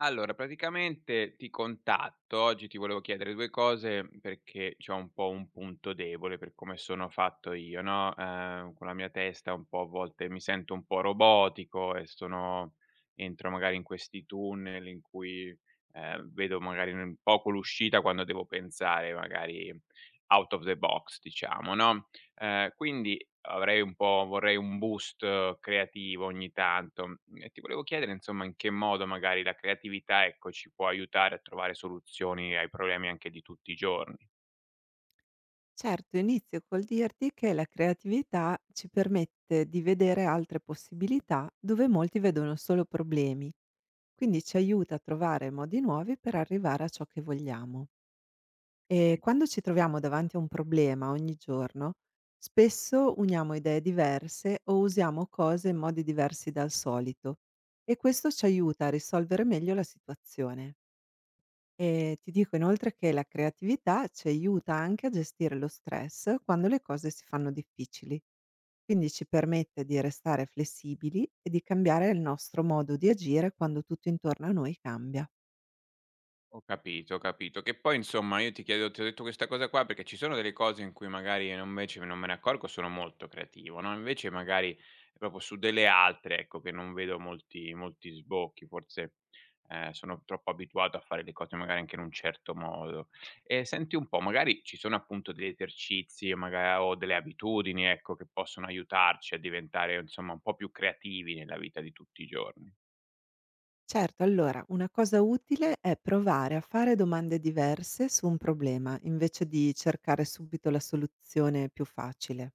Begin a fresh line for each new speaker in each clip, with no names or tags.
Allora, praticamente ti contatto, oggi ti volevo chiedere 2 cose perché c'ho un po' un punto debole per come sono fatto io, no, con la mia testa un po' a volte mi sento un po' robotico e sono entro magari in questi tunnel in cui, vedo magari un poco l'uscita quando devo pensare magari out of the box, diciamo, no, quindi avrei un po' vorrei un boost creativo ogni tanto, mhmm, e ti volevo chiedere insomma in che modo magari la creatività, ecco, ci può aiutare a trovare soluzioni ai problemi anche di tutti i giorni.
Certo, inizio col dirti che la creatività ci permette di vedere altre possibilità dove molti vedono solo problemi, quindi ci aiuta a trovare modi nuovi per arrivare a ciò che vogliamo. E quando ci troviamo davanti a un problema ogni giorno, spesso uniamo idee diverse o usiamo cose in modi diversi dal solito e questo ci aiuta a risolvere meglio la situazione. Ti dico inoltre che la creatività ci aiuta anche a gestire lo stress quando le cose si fanno difficili, quindi ci permette di restare flessibili e di cambiare il nostro modo di agire quando tutto intorno a noi cambia.
Ho capito, ho capito. Che poi insomma io ti chiedo ti ho detto questa cosa qua perché ci sono delle cose in cui magari non invece non me ne accorgo, sono molto creativo, no, invece magari proprio su delle altre, ecco, che non vedo molti sbocchi, forse, sono troppo abituato a fare le cose magari anche in un certo modo. E senti un po', magari ci sono appunto degli esercizi, maga o delle abitudini, ecco, che possono aiutarci a diventare insomma un po' più creativi nella vita di tutti i giorni?
Certo, allora una cosa utile è provare a fare domande diverse su un problema, invece di cercare subito la soluzione più facile.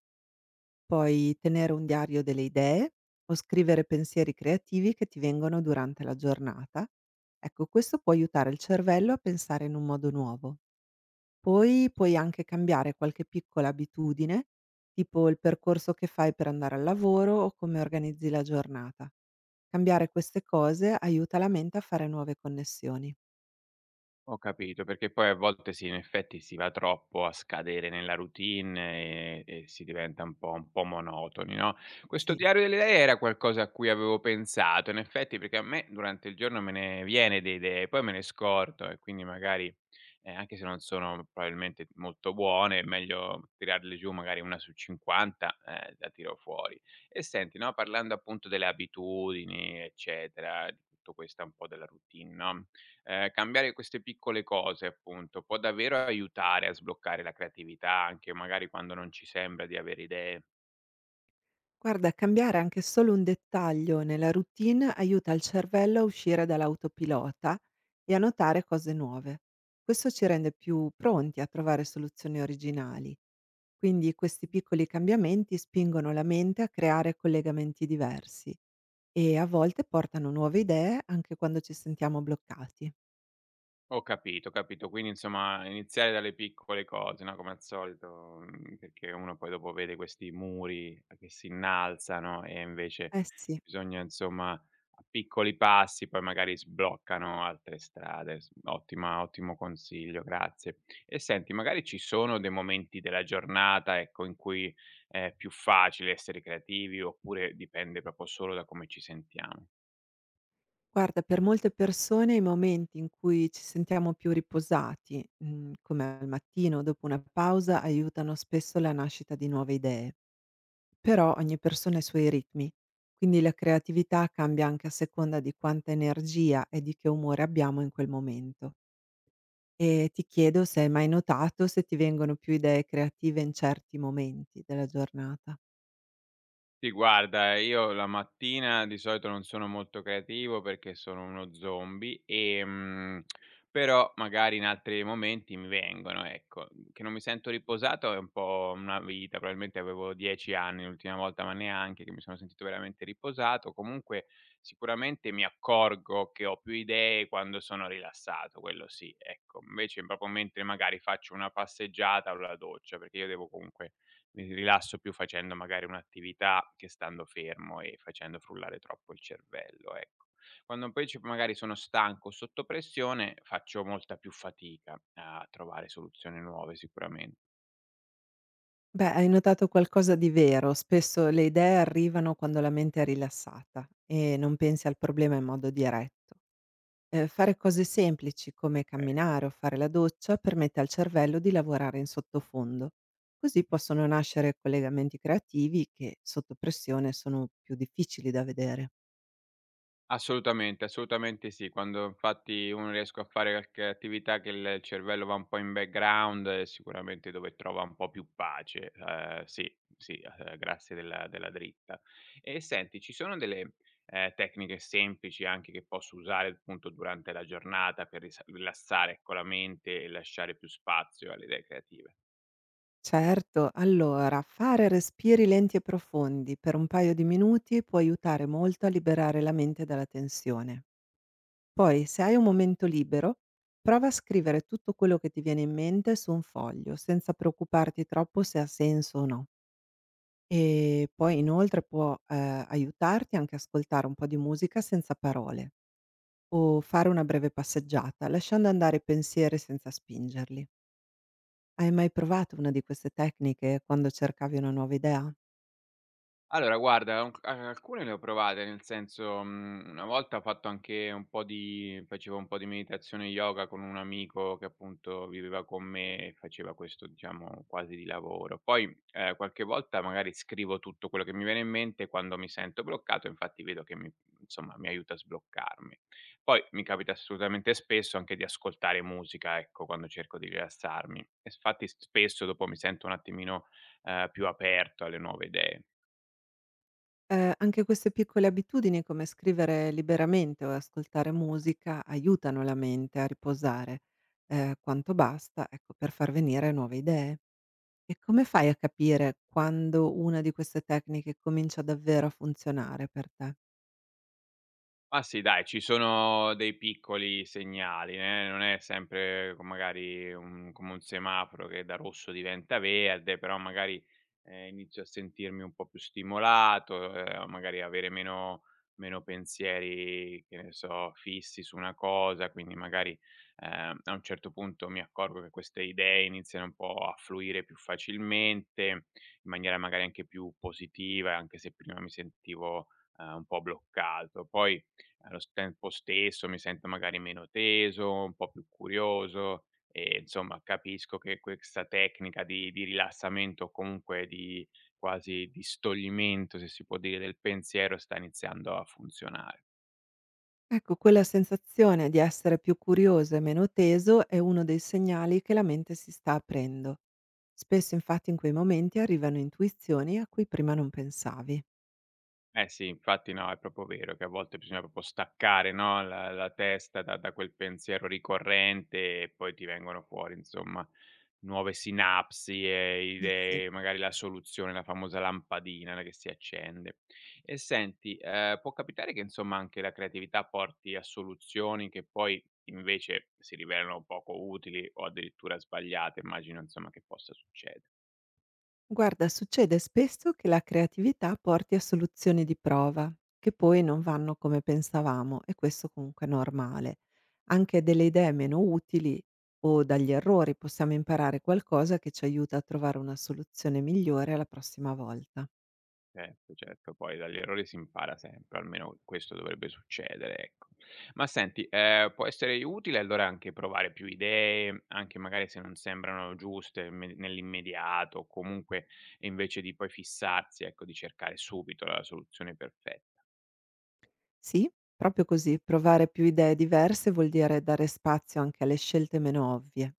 Puoi tenere un diario delle idee o scrivere pensieri creativi che ti vengono durante la giornata. Ecco, questo può aiutare il cervello a pensare in un modo nuovo. Poi puoi anche cambiare qualche piccola abitudine, tipo il percorso che fai per andare al lavoro o come organizzi la giornata. Cambiare queste cose aiuta la mente a fare nuove connessioni.
Ho capito, perché poi a volte sì, in effetti si va troppo a scadere nella routine e si diventa un po' monotoni, no. Questo
Sì.
diario delle idee era qualcosa a cui avevo pensato, in effetti, perché a me durante il giorno me ne viene di idee, poi me ne scordo e quindi magari, anche se non sono probabilmente molto buone, è meglio tirarle giù magari 1 su 50, la tiro fuori. E senti, no, parlando appunto delle abitudini, eccetera, di tutto questa un po' della routine, no, ehm, cambiare queste piccole cose appunto può davvero aiutare a sbloccare la creatività, anche magari quando non ci sembra di avere idee.
Guarda, cambiare anche solo un dettaglio nella routine aiuta il cervello a uscire dall'autopilota e annotare cose nuove. Questo ci rende più pronti a trovare soluzioni originali, quindi questi piccoli cambiamenti spingono la mente a creare collegamenti diversi e a volte portano nuove idee anche quando ci sentiamo bloccati.
Ho capito, ho capito. Quindi insomma iniziare dalle piccole cose, no, come al solito, mhmm, perché uno poi dopo vede questi muri che si innalzano e invece
Eh sì,
bisogna insomma a piccoli passi poi magari sbloccano altre strade. S ottima ottimo consiglio, grazie. E senti, magari ci sono dei momenti della giornata, ecco, in cui è più facile essere creativi oppure dipende proprio solo da come ci sentiamo?
guarda, per molte persone i momenti in cui ci sentiamo più riposati, come al mattino o dopo una pausa, aiutano spesso la nascita di nuove idee. Però ogni persona ha i suoi ritmi, quindi la creatività cambia anche a seconda di quanta energia e di che umore abbiamo in quel momento. E ti chiedo se hai mai notato se ti vengono più idee creative in certi momenti della giornata.
Sì, guarda, io la mattina di solito non sono molto creativo perché sono uno zombie, però magari in altri momenti mi vengono, ecco. Che non mi sento riposato è un po' una vita, probabilmente avevo 10 anni l'ultima volta, ma neanche che mi sono sentito veramente riposato. Comunque sicuramente mi accorgo che ho più idee quando sono rilassato, quello sì, ecco. Invece proprio mentre magari faccio una passeggiata o la doccia, perché io devo comunque mi rilasso più facendo magari un'attività che stando fermo e facendo frullare troppo il cervello, ecco. Quando poi ci magari sono stanco o sotto pressione, faccio molta più fatica a trovare soluzioni nuove sicuramente,
Beh, hai notato qualcosa di vero, spesso le idee arrivano quando la mente è rilassata e non pensi al problema in modo diretto. Fare cose semplici come
eh.
camminare o fare la doccia permette al cervello di lavorare in sottofondo. Così possono nascere collegamenti creativi che sotto pressione sono più difficili da vedere.
Assolutamente, assolutamente sì. Quando infatti uno riesco a fare qualche attività che il cervello va un po' in background, è sicuramente dove trova un po' più pace. Sì, sì, grazie della dritta. E senti, ci sono delle, tecniche semplici anche che posso usare appunto durante la giornata per risa rilassare, ecco, la mente e lasciare più spazio alle idee creative?
Certo, allora fare respiri lenti e profondi per un paio di minuti può aiutare molto a liberare la mente dalla tensione. Poi, se hai un momento libero, prova a scrivere tutto quello che ti viene in mente su un foglio, senza preoccuparti troppo se ha senso o no. E poi inoltre può, aiutarti anche a ascoltare un po' di musica senza parole o fare una breve passeggiata, lasciando andare i pensieri senza spingerli. Hai mai provato una di queste tecniche quando cercavi una nuova idea?
Allora guarda, un c a alcune le ho provate, nel senso, mhmm, una volta ho fatto anche un po' di facevo un po' di meditazione yoga con un amico che appunto viveva con me e faceva questo, diciamo, quasi di lavoro. Poi, qualche volta magari scrivo tutto quello che mi viene in mente quando mi sento bloccato, infatti vedo che mi insomma mi aiuta a sbloccarmi. Poi mi capita assolutamente spesso anche di ascoltare musica, ecco, quando cerco di rilassarmi. E s fatti s spesso dopo mi sento un attimino, più aperto alle nuove idee.
Anche queste piccole abitudini come scrivere liberamente o ascoltare musica aiutano la mente a riposare, quanto basta, ecco, per far venire nuove idee. E come fai a capire quando una di queste tecniche comincia davvero a funzionare per te?
Ma sì dai, ci sono dei piccoli segnali, non è sempre co magari un come un semaforo che da rosso diventa verde, però magari, inizio a sentirmi un po' più stimolato, magari avere meno pensieri, che ne so, fissi su una cosa, quindi magari, a un certo punto mi accorgo che queste idee iniziano un po' a fluire più facilmente, in maniera magari anche più positiva, anche se prima mi sentivo, un po' bloccato. Poi allo s tempo stesso mi sento magari meno teso, un po' più curioso e insomma capisco che questa tecnica di rilassamento o comunque di quasi di stoglimento, se si può dire, del pensiero sta iniziando a funzionare.
Ecco, quella sensazione di essere più curioso e meno teso è uno dei segnali che la mente si sta aprendo. Spesso infatti in quei momenti arrivano intuizioni a cui prima non pensavi.
Eh sì, infatti no, è proprio vero che a volte bisogna proprio staccare, no, la testa da quel pensiero ricorrente e poi ti vengono fuori insomma nuove sinapsi e
Eh sì.
idee, magari la soluzione, la famosa lampadina no, che si accende. E senti, può capitare che insomma anche la creatività porti a soluzioni che poi invece si rivelano poco utili o addirittura sbagliate, immagino insomma che possa succedere.
Guarda, succede spesso che la creatività porti a soluzioni di prova, che poi non vanno come pensavamo, e questo comunque è normale. Anche delle idee meno utili o dagli errori possiamo imparare qualcosa che ci aiuta a trovare una soluzione migliore la prossima volta.
Certo, certo, poi dagli errori si impara sempre, almeno questo dovrebbe succedere, ecco. Ma senti, può essere utile allora anche provare più idee, anche magari se non sembrano giuste me nell'immediato, o comunque invece di poi fissarsi, ecco, di cercare subito la soluzione perfe
Sì, proprio così, provare più idee diverse vuol dire dare spazio anche alle scelte meno ovvie,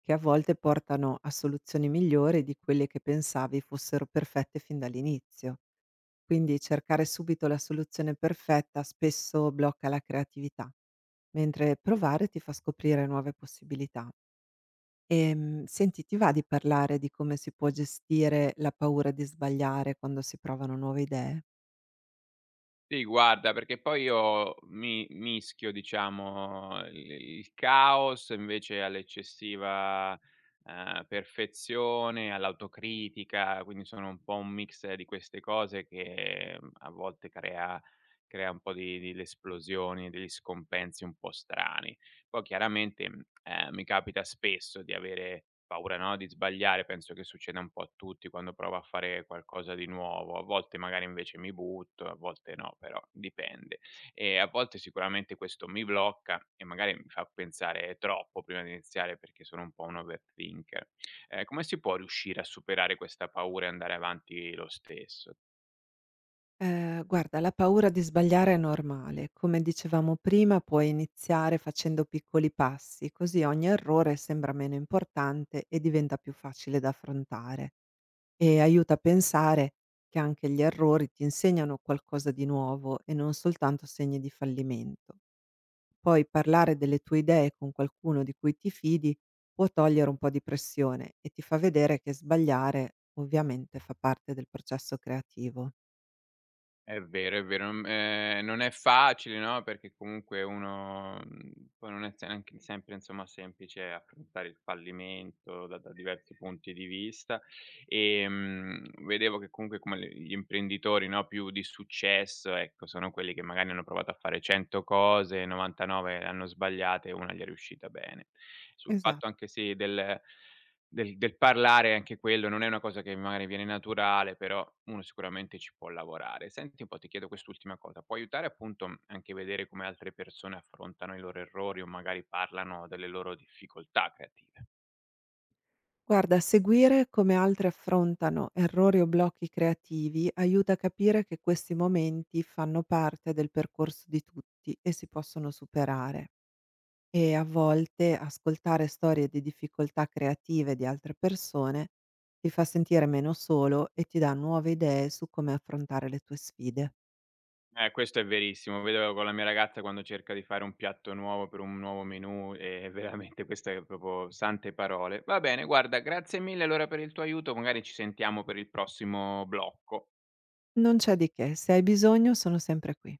che a volte portano a soluzioni migliori di quelle che pensavi fossero perfette fin dall'inizio. Quindi cercare subito la soluzione perfetta spesso blocca la creatività, mentre provare ti fa scoprire nuove possibilità. E senti, ti va di parlare di come si può gestire la paura di sbagliare quando si provano nuove idee?
Sì, guarda, perché poi io mi mischio, diciamo, il caos invece all'eccessiva, perfezione, all'autocritica, quindi sono un po' un mix di queste cose che, mhmm, a volte crea un po' di l'esplosioni, degli scompensi un po' strani. Poi chiaramente, mhmm, mi capita spesso di avere paura, no, di sbagliare, penso che succeda un po' a tutti quando provo a fare qualcosa di nuovo. A volte magari invece mi butto, a volte no, però dipende. E a volte sicuramente questo mi blocca e magari mi fa pensare troppo prima di iniziare perché sono un po' un overthinker. Come si può riuscire a superare questa paura e andare avanti lo stesso?
Guarda, la paura di sbagliare è normale. Come dicevamo prima, puoi iniziare facendo piccoli passi, così ogni errore sembra meno importante e diventa più facile da affrontare. E aiuta a pensare che anche gli errori ti insegnano qualcosa di nuovo e non soltanto segni di fallimento. Poi parlare delle tue idee con qualcuno di cui ti fidi può togliere un po' di pressione e ti fa vedere che sbagliare ovviamente fa parte del processo creativo.
È vero, mhmm, non è facile, no, perché comunque uno, mhmm, poi non è se anche sempre, insomma, semplice affrontare il fallimento da diversi punti di vista. Vedevo che comunque come le gli imprenditori, no, più di successo, ecco, sono quelli che magari hanno provato a fare 100 cose, 99 le hanno sbagliate e una gli è riuscita bene. Sul
Esa...
fatto anche sì del parlare anche quello, non è una cosa che magari viene naturale, però uno sicuramente ci può lavorare. Senti un po', ti chiedo quest'ultima cosa, può aiutare appunto, mhmm, anche vedere come altre persone affrontano i loro errori o magari parlano delle loro difficoltà creative?
Guarda, seguire come altri affrontano errori o blocchi creativi aiuta a capire che questi momenti fanno parte del percorso di tutti e si possono superare. E a volte ascoltare storie di difficoltà creative di altre persone ti fa sentire meno solo e ti dà nuove idee su come affrontare le tue sfide.
Questo è verissimo. Vedo con la mia ragazza quando cerca di fare un piatto nuovo per un nuovo menù, e veramente queste è proprio sante parole. Va bene, guarda, grazie mille allora per il tuo aiuto, magari ci sentiamo per il prossimo blocco.
Non c'è di che, se hai bisogno sono sempre qui.